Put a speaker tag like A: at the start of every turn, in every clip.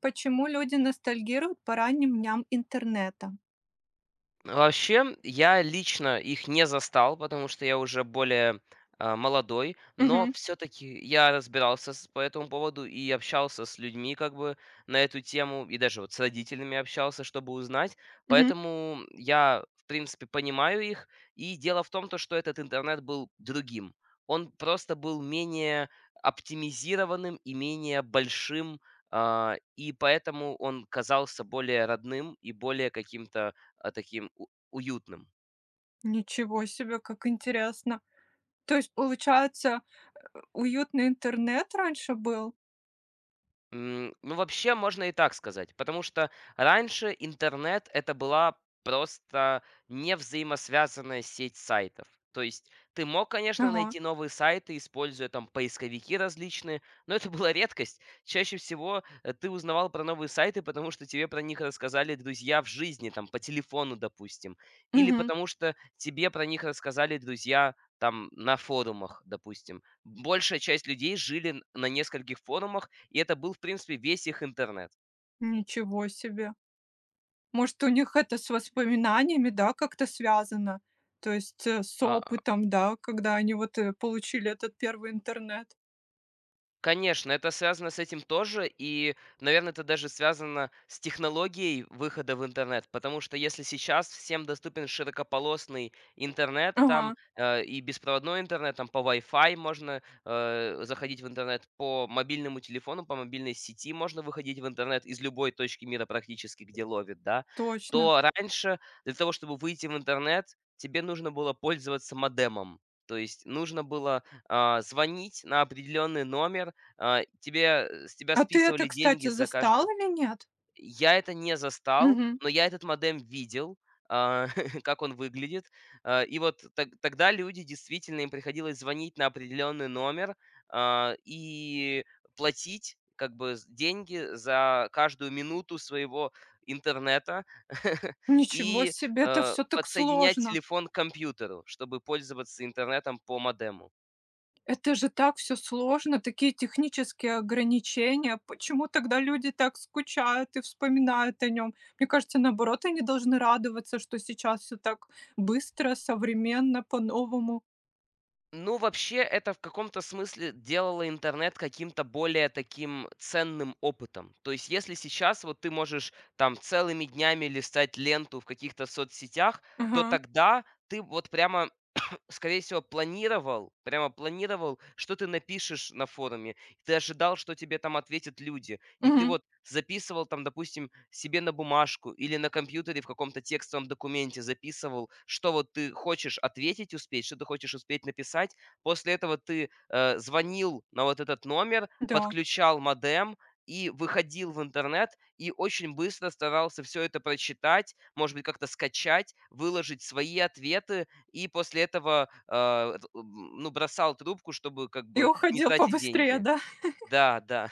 A: Почему люди ностальгируют по ранним дням интернета?
B: Вообще, я лично их не застал, потому что я уже более молодой, но
A: Мгм,
B: все-таки я разбирался по этому поводу и общался с людьми как бы на эту тему, и даже вот с родителями общался, чтобы узнать.
A: мгм.
B: Поэтому я, в принципе, понимаю их. И дело в том, то, что этот интернет был другим. Он просто был менее оптимизированным и менее большим, и поэтому он казался более родным и более каким-то таким уютным.
A: Ничего себе, как интересно. То есть, получается, уютный интернет раньше был?
B: Ну, вообще, можно и так сказать, потому что раньше интернет это была просто невзаимосвязанная сеть сайтов. То есть ты мог, конечно,
A: Ага.
B: найти новые сайты, используя там поисковики различные, но это была редкость. Чаще всего ты узнавал про новые сайты, потому что тебе про них рассказали друзья в жизни, там по телефону, допустим, или
A: Мгм.
B: потому что тебе про них рассказали друзья там на форумах, допустим. Большая часть людей жили на нескольких форумах, и это был, в принципе, весь их интернет.
A: Ничего себе. Может, у них это с воспоминаниями, да, как-то связано? То есть, с
B: А
A: опытом, да, когда они вот, получили этот первый интернет.
B: Конечно, это связано с этим тоже, и, наверное, это даже связано с технологией выхода в интернет, потому что если сейчас всем доступен широкополосный интернет,
A: Ага,
B: там и беспроводной интернет, там по Wi-Fi можно заходить в интернет, по мобильному телефону, по мобильной сети можно выходить в интернет из любой точки мира практически, где ловит, да,
A: точно.
B: то раньше для того, чтобы выйти в интернет, тебе нужно было пользоваться модемом. То есть нужно было звонить на определенный номер, тебе с тебя
A: А ты это,
B: списывали деньги
A: кстати,
B: за
A: застал
B: каждую.
A: или нет?
B: Я это не застал,
A: Мгм.
B: но я этот модем видел, а, как он выглядит. И вот тогда люди действительно, им приходилось звонить на определенный номер, и платить как бы с деньги за каждую минуту своего интернета
A: Ничего
B: и,
A: себе, это все так
B: подсоединять
A: сложно.
B: телефон к компьютеру, чтобы пользоваться интернетом по модему.
A: Это же так все сложно, такие технические ограничения. Почему тогда люди так скучают и вспоминают о нем? Мне кажется, наоборот, они должны радоваться, что сейчас все так быстро, современно, по-новому.
B: Ну, вообще, это в каком-то смысле делало интернет каким-то более таким ценным опытом. То есть, если сейчас вот ты можешь там целыми днями листать ленту в каких-то соцсетях, то
A: Ага,
B: тогда ты вот прямо, скорее всего, планировал, прямо планировал, что ты напишешь на форуме. Ты ожидал, что тебе там ответят люди. И ты
A: мгм.
B: вот записывал там, допустим, себе на бумажку или на компьютере в каком-то текстовом документе записывал, что вот ты хочешь ответить успеть, что ты хочешь успеть написать. После этого ты звонил на вот этот номер,
A: Да.
B: подключал модем, и выходил в интернет и очень быстро старался все это прочитать, может быть, как-то скачать, выложить свои ответы, и после этого, ну, бросал трубку, чтобы как
A: И
B: бы не
A: уходил
B: тратить
A: побыстрее,
B: деньги.
A: да?
B: Да, да.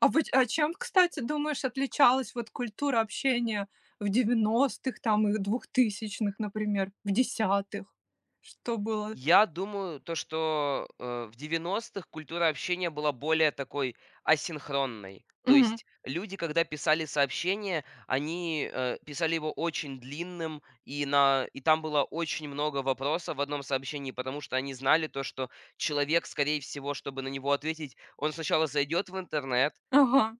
A: А вот, а чем, кстати, думаешь, отличалась вот культура общения в девяностых, там и двухтысячных, например, в десятых? Что было?
B: Я думаю, то, что, в девяностых культура общения была более такой асинхронной. То
A: Мгм.
B: есть люди, когда писали сообщение, они, писали его очень длинным, и на и там было очень много вопросов в одном сообщении, потому что они знали то, что человек, скорее всего, чтобы на него ответить, он сначала зайдет в интернет,
A: Ага.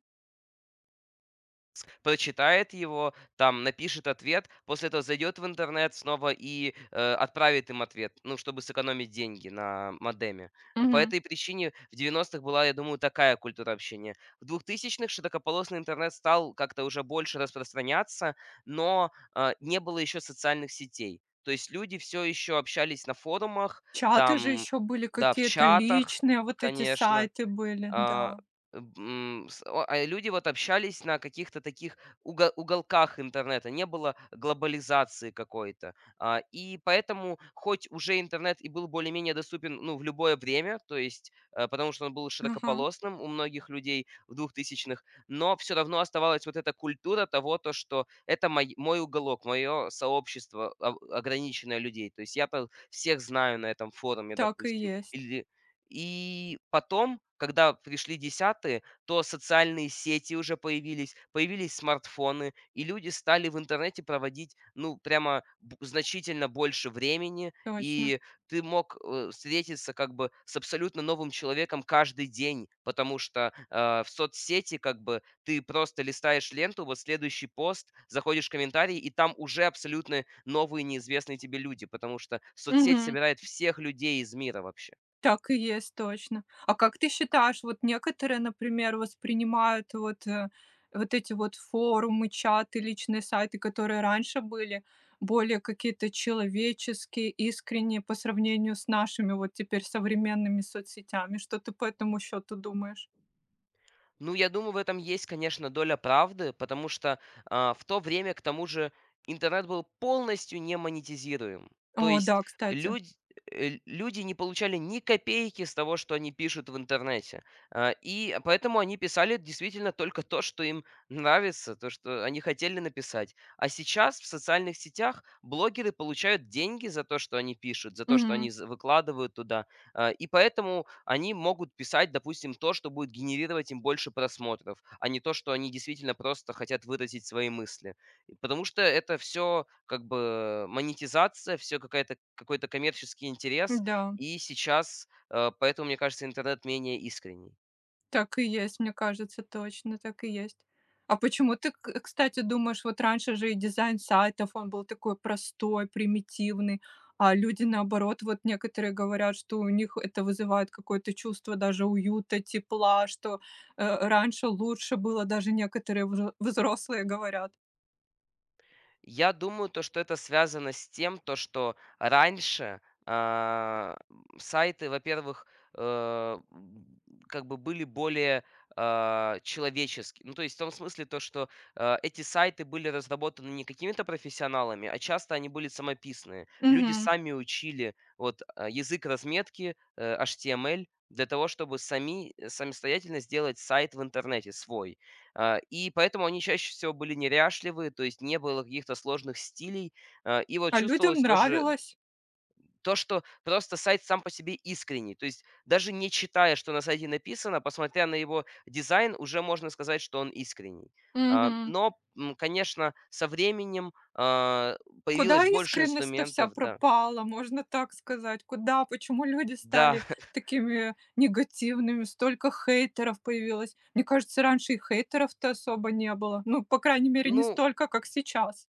B: прочитает его, там напишет ответ, после этого зайдет в интернет снова и отправит им ответ, ну, чтобы сэкономить деньги на модеме. По
A: Мгм.
B: этой причине в 90-х была, я думаю, такая культура общения. В двухтысячных х широкополосный интернет стал как-то уже больше распространяться, но не было еще социальных сетей. То есть люди все еще общались на форумах,
A: Чаты же
B: там,
A: еще были
B: да, в
A: какие-то
B: чатах,
A: личные, вот эти
B: конечно.
A: сайты были,
B: А,
A: да.
B: м, с о а люди вот общались на каких-то таких уголках интернета, не было глобализации какой-то. И поэтому, хоть уже интернет и был более-менее доступен, ну, в любое время, то есть, потому что он был
A: Ага,
B: широкополосным у многих людей в двухтысячных, но все равно оставалась вот эта культура того, то, что это мой уголок, мое сообщество, ограниченное людей. То есть я-то всех знаю на этом форуме,
A: так и
B: допустим,
A: есть,
B: или и потом, когда пришли десятые, то социальные сети уже появились, появились смартфоны, и люди стали в интернете проводить, ну, прямо значительно больше времени,
A: точно.
B: и ты мог встретиться как бы с абсолютно новым человеком каждый день, потому что в соцсети как бы ты просто листаешь ленту, вот следующий пост, заходишь в комментарии, и там уже абсолютно новые неизвестные тебе люди, потому что соцсеть
A: Мгм.
B: собирает всех людей из мира вообще.
A: Так и есть, точно. А как ты считаешь, вот некоторые, например, воспринимают вот, вот эти вот форумы, чаты, личные сайты, которые раньше были, более какие-то человеческие, искренние по сравнению с нашими вот теперь современными соцсетями? Что ты по этому счету думаешь?
B: Ну, я думаю, в этом есть, конечно, доля правды, потому что в то время, к тому же, интернет был полностью не монетизируем. То
A: О
B: есть
A: да, кстати.
B: люди люди не получали ни копейки с того, что они пишут в интернете. И поэтому они писали действительно только то, что им нравится, то, что они хотели написать. А сейчас в социальных сетях блогеры получают деньги за то, что они пишут, за то, что
A: Мгм.
B: они выкладывают туда. И поэтому они могут писать, допустим, то, что будет генерировать им больше просмотров, а не то, что они действительно просто хотят выразить свои мысли. И потому что это все как бы монетизация, все какая-то, какой-то коммерческий интерес,
A: Да.
B: и сейчас поэтому, мне кажется, интернет менее искренний.
A: Так и есть, мне кажется, точно так и есть. А почему ты, кстати, думаешь, вот раньше же и дизайн сайтов, он был такой простой, примитивный, а люди, наоборот, вот некоторые говорят, что у них это вызывает какое-то чувство даже уюта, тепла, что, раньше лучше было, даже некоторые взрослые говорят.
B: Я думаю, то, что это связано с тем, то, что раньше, сайты, во-первых, э, м, как бы были более человеческие. Ну, то есть в том смысле то, что эти сайты были разработаны не какими-то профессионалами, а часто они были самописные. Люди
A: Мгм.
B: сами учили вот язык разметки HTML для того, чтобы сами самостоятельно сделать сайт в интернете свой. И поэтому они чаще всего были неряшливые, то есть не было каких-то сложных стилей. И вот
A: А людям
B: чувствовалось тоже
A: нравилось.
B: то, что просто сайт сам по себе искренний. То есть даже не читая, что на сайте написано, посмотря на его дизайн, уже можно сказать, что он искренний.
A: Мгм.
B: Но, конечно, со временем
A: Куда
B: появилось больше
A: искренность-то вся
B: инструментов, да.
A: пропала, можно так сказать? Куда? Почему люди
B: Да,
A: стали такими негативными? Столько хейтеров появилось. Мне кажется, раньше и хейтеров-то особо не было. Ну, по крайней мере, не
B: ну,
A: столько, как сейчас.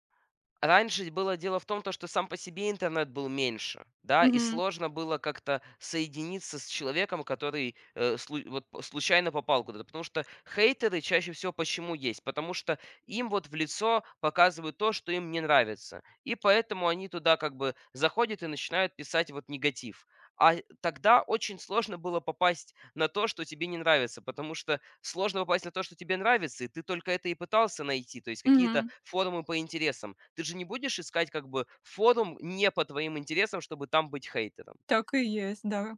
B: раньше было дело в том, то, что сам по себе интернет был меньше, да, и
A: Мгм.
B: сложно было как-то соединиться с человеком, который вот случайно попал куда-то. Потому что хейтеры чаще всего почему есть? Потому что им вот в лицо показывают то, что им не нравится. И поэтому они туда как бы заходят и начинают писать вот негатив. А тогда очень сложно было попасть на то, что тебе не нравится, потому что сложно попасть на то, что тебе нравится, и ты только это и пытался найти, то есть какие-то
A: Мгм.
B: форумы по интересам. Ты же не будешь искать как бы форум не по твоим интересам, чтобы там быть хейтером.
A: Так и есть, да.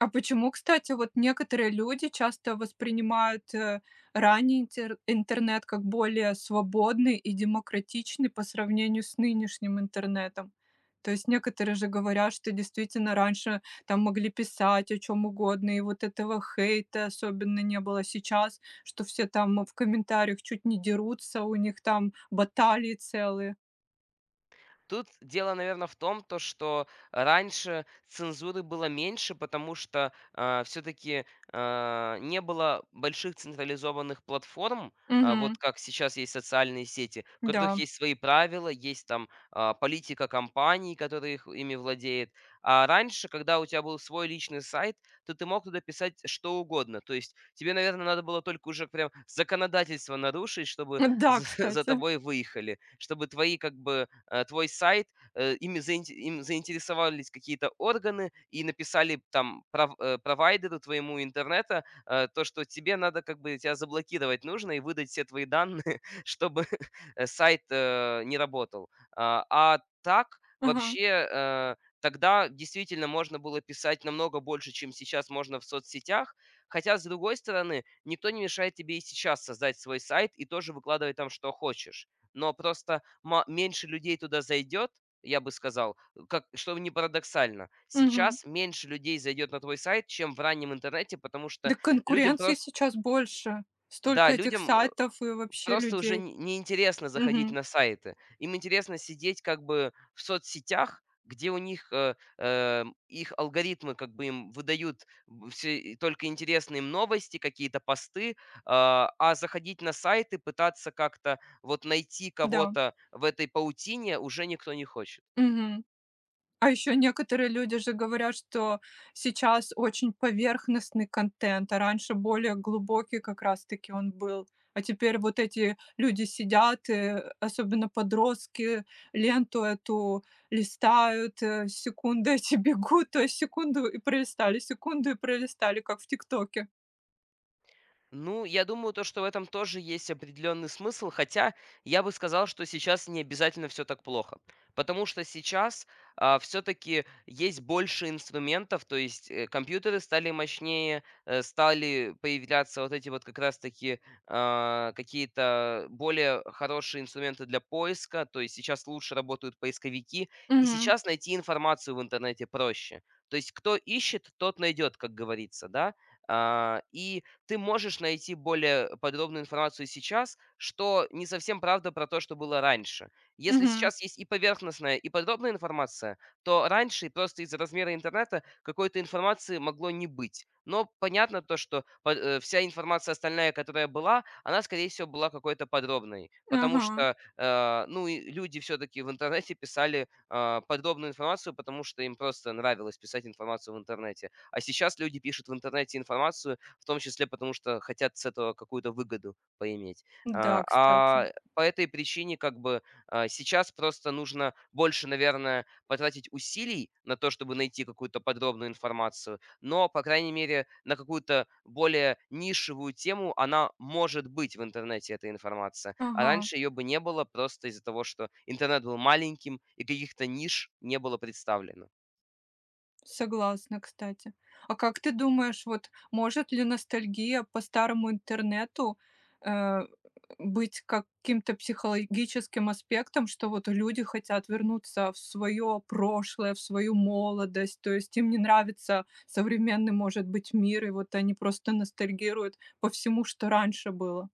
A: А почему, кстати, вот некоторые люди часто воспринимают, ранний интер интернет как более свободный и демократичный по сравнению с нынешним интернетом? То есть некоторые же говорят, что действительно раньше там могли писать о чем угодно, и вот этого хейта особенно не было. Сейчас, что все там в комментариях чуть не дерутся, у них там баталии целые.
B: Тут дело, наверное, в том, то, что раньше цензуры было меньше, потому что все-таки не было больших централизованных платформ,
A: Угу,
B: вот как сейчас есть социальные сети, в которых
A: да.
B: есть свои правила, есть там политика компаний, которые их, ими владеет. А раньше, когда у тебя был свой личный сайт, то ты мог туда писать что угодно. То есть тебе, наверное, надо было только уже прям законодательство нарушить, чтобы
A: Да,
B: за
A: кстати.
B: тобой выехали, чтобы твои как бы твой сайт, им заинтересовались какие-то органы и написали там провайдеру твоему интернета, то, что тебе надо как бы тебя заблокировать нужно и выдать все твои данные, чтобы сайт не работал. А так
A: Ага.
B: вообще тогда действительно можно было писать намного больше, чем сейчас можно в соцсетях. Хотя, с другой стороны, никто не мешает тебе и сейчас создать свой сайт и тоже выкладывать там, что хочешь, но просто ма меньше людей туда зайдет, я бы сказал, как что не парадоксально,
A: Мгм.
B: сейчас меньше людей зайдет на твой сайт, чем в раннем интернете, потому
A: Да,
B: что людям
A: конкуренции
B: просто,
A: сейчас больше. Столько
B: да,
A: этих
B: людям,
A: сайтов и вообще
B: просто уже
A: людей.
B: не неинтересно заходить
A: Мгм.
B: на сайты. Им интересно сидеть как бы в соцсетях, где у них, их алгоритмы как бы им выдают б все и только интересные им новости, какие-то посты. Заходить на сайты, пытаться как-то вот найти
A: Да.
B: кого-то в этой паутине уже никто не хочет.
A: Мгм. А еще некоторые люди же говорят, что сейчас очень поверхностный контент, а раньше более глубокий как раз-таки он был. А теперь вот эти люди сидят, особенно подростки, ленту эту листают, секунды эти бегут, то есть секунду и пролистали, как в "Тиктоке".
B: Ну, я думаю, то, что в этом тоже есть определенный смысл, хотя я бы сказал, что сейчас не обязательно все так плохо. Потому что сейчас все-таки есть больше инструментов, то есть компьютеры стали мощнее, стали появляться вот эти вот как раз-таки какие-то более хорошие инструменты для поиска, то есть сейчас лучше работают поисковики, и
A: Мгм.
B: сейчас найти информацию в интернете проще. То есть кто ищет, тот найдет, как говорится, да? И ты можешь найти более подробную информацию сейчас, что не совсем правда про то, что было раньше. Если
A: Мгм.
B: сейчас есть и поверхностная, и подробная информация, то раньше просто из-за размера интернета какой-то информации могло не быть. Но понятно то, что вся информация остальная, которая была, она, скорее всего, была какой-то подробной, потому
A: Ага.
B: что, ну, и люди все-таки в интернете писали подробную информацию, потому что им просто нравилось писать информацию в интернете. А сейчас люди пишут в интернете информацию, в том числе потому, что хотят с этого какую-то выгоду поиметь.
A: Да, кстати.
B: По этой причине как бы сейчас просто нужно больше, наверное, потратить усилий на то, чтобы найти какую-то подробную информацию, но, по крайней мере, на какую-то более нишевую тему она может быть в интернете, эта информация. А
A: Ага,
B: раньше ее бы не было просто из-за того, что интернет был маленьким и каких-то ниш не было представлено.
A: согласна, кстати. А как ты думаешь, вот может ли ностальгия по старому интернету, э, быть каким-то психологическим аспектом, что вот люди хотят вернуться в свое прошлое, в свою молодость, то есть им не нравится современный, может быть, мир, и вот они просто ностальгируют по всему, что раньше было?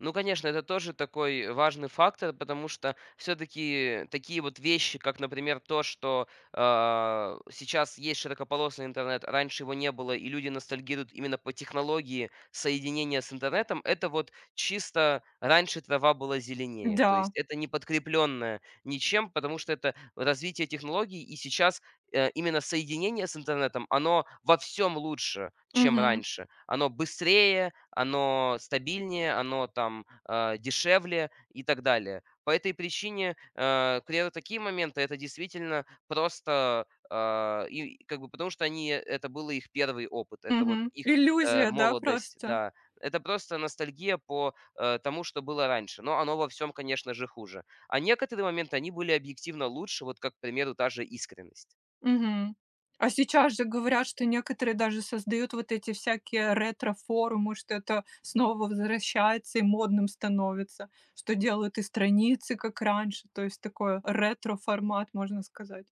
B: Ну, конечно, это тоже такой важный фактор, потому что все-таки такие вот вещи, как, например, то, что сейчас есть широкополосный интернет, а раньше его не было, и люди ностальгируют именно по технологии соединения с интернетом, это вот чисто раньше трава была зеленее. То есть
A: Да,
B: это не подкрепленное ничем, потому что это развитие технологий, и сейчас именно соединение с интернетом, оно во всем лучше, чем
A: мгм,
B: раньше. Оно быстрее, оно стабильнее, оно там, дешевле и так далее. По этой причине, к примеру, такие моменты — это действительно просто, и как бы потому что они это был их первый опыт, это вот
A: мгм.
B: их,
A: Иллюзия, да,
B: молодость,
A: просто?
B: да. Это просто ностальгия по, тому, что было раньше, но оно во всем, конечно же, хуже. А некоторые моменты, они были объективно лучше, вот как, к примеру, та же искренность.
A: Мгм. А сейчас же говорят, что некоторые даже создают вот эти всякие ретро-форумы, что это снова возвращается и модным становится, что делают и страницы, как раньше, то есть такой ретро-формат, можно сказать.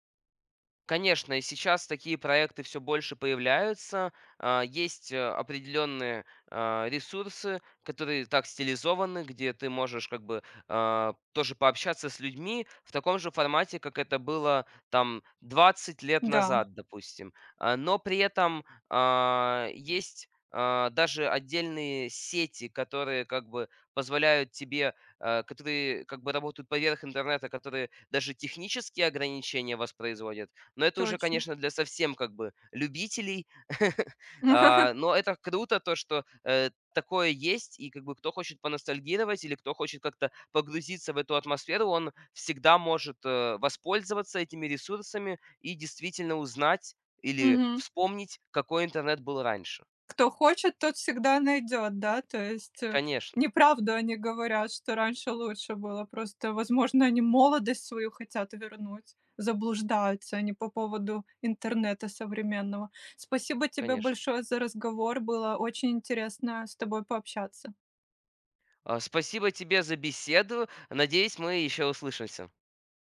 B: Конечно, и сейчас такие проекты все больше появляются. Есть определенные ресурсы, которые так стилизованы, где ты можешь как бы тоже пообщаться с людьми в таком же формате, как это было там 20 лет
A: Да,
B: назад, допустим. Но при этом есть, даже отдельные сети, которые как бы позволяют тебе, которые как бы работают поверх интернета, которые даже технические ограничения воспроизводят, но это уже,
A: точно.
B: конечно, для совсем как бы любителей. Но это круто, то, что, такое есть, и как бы кто хочет поностальгировать или кто хочет как-то погрузиться в эту атмосферу, он всегда может, воспользоваться этими ресурсами и действительно узнать или
A: Мгм.
B: вспомнить, какой интернет был раньше.
A: Кто хочет, тот всегда найдет, да? То есть,
B: Конечно,
A: неправду они говорят, что раньше лучше было. Просто, возможно, они молодость свою хотят вернуть, заблуждаются они по поводу интернета современного. Спасибо тебе
B: конечно.
A: большое за разговор. Было очень интересно с тобой пообщаться.
B: Спасибо тебе за беседу. Надеюсь, мы еще услышимся.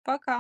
A: Пока.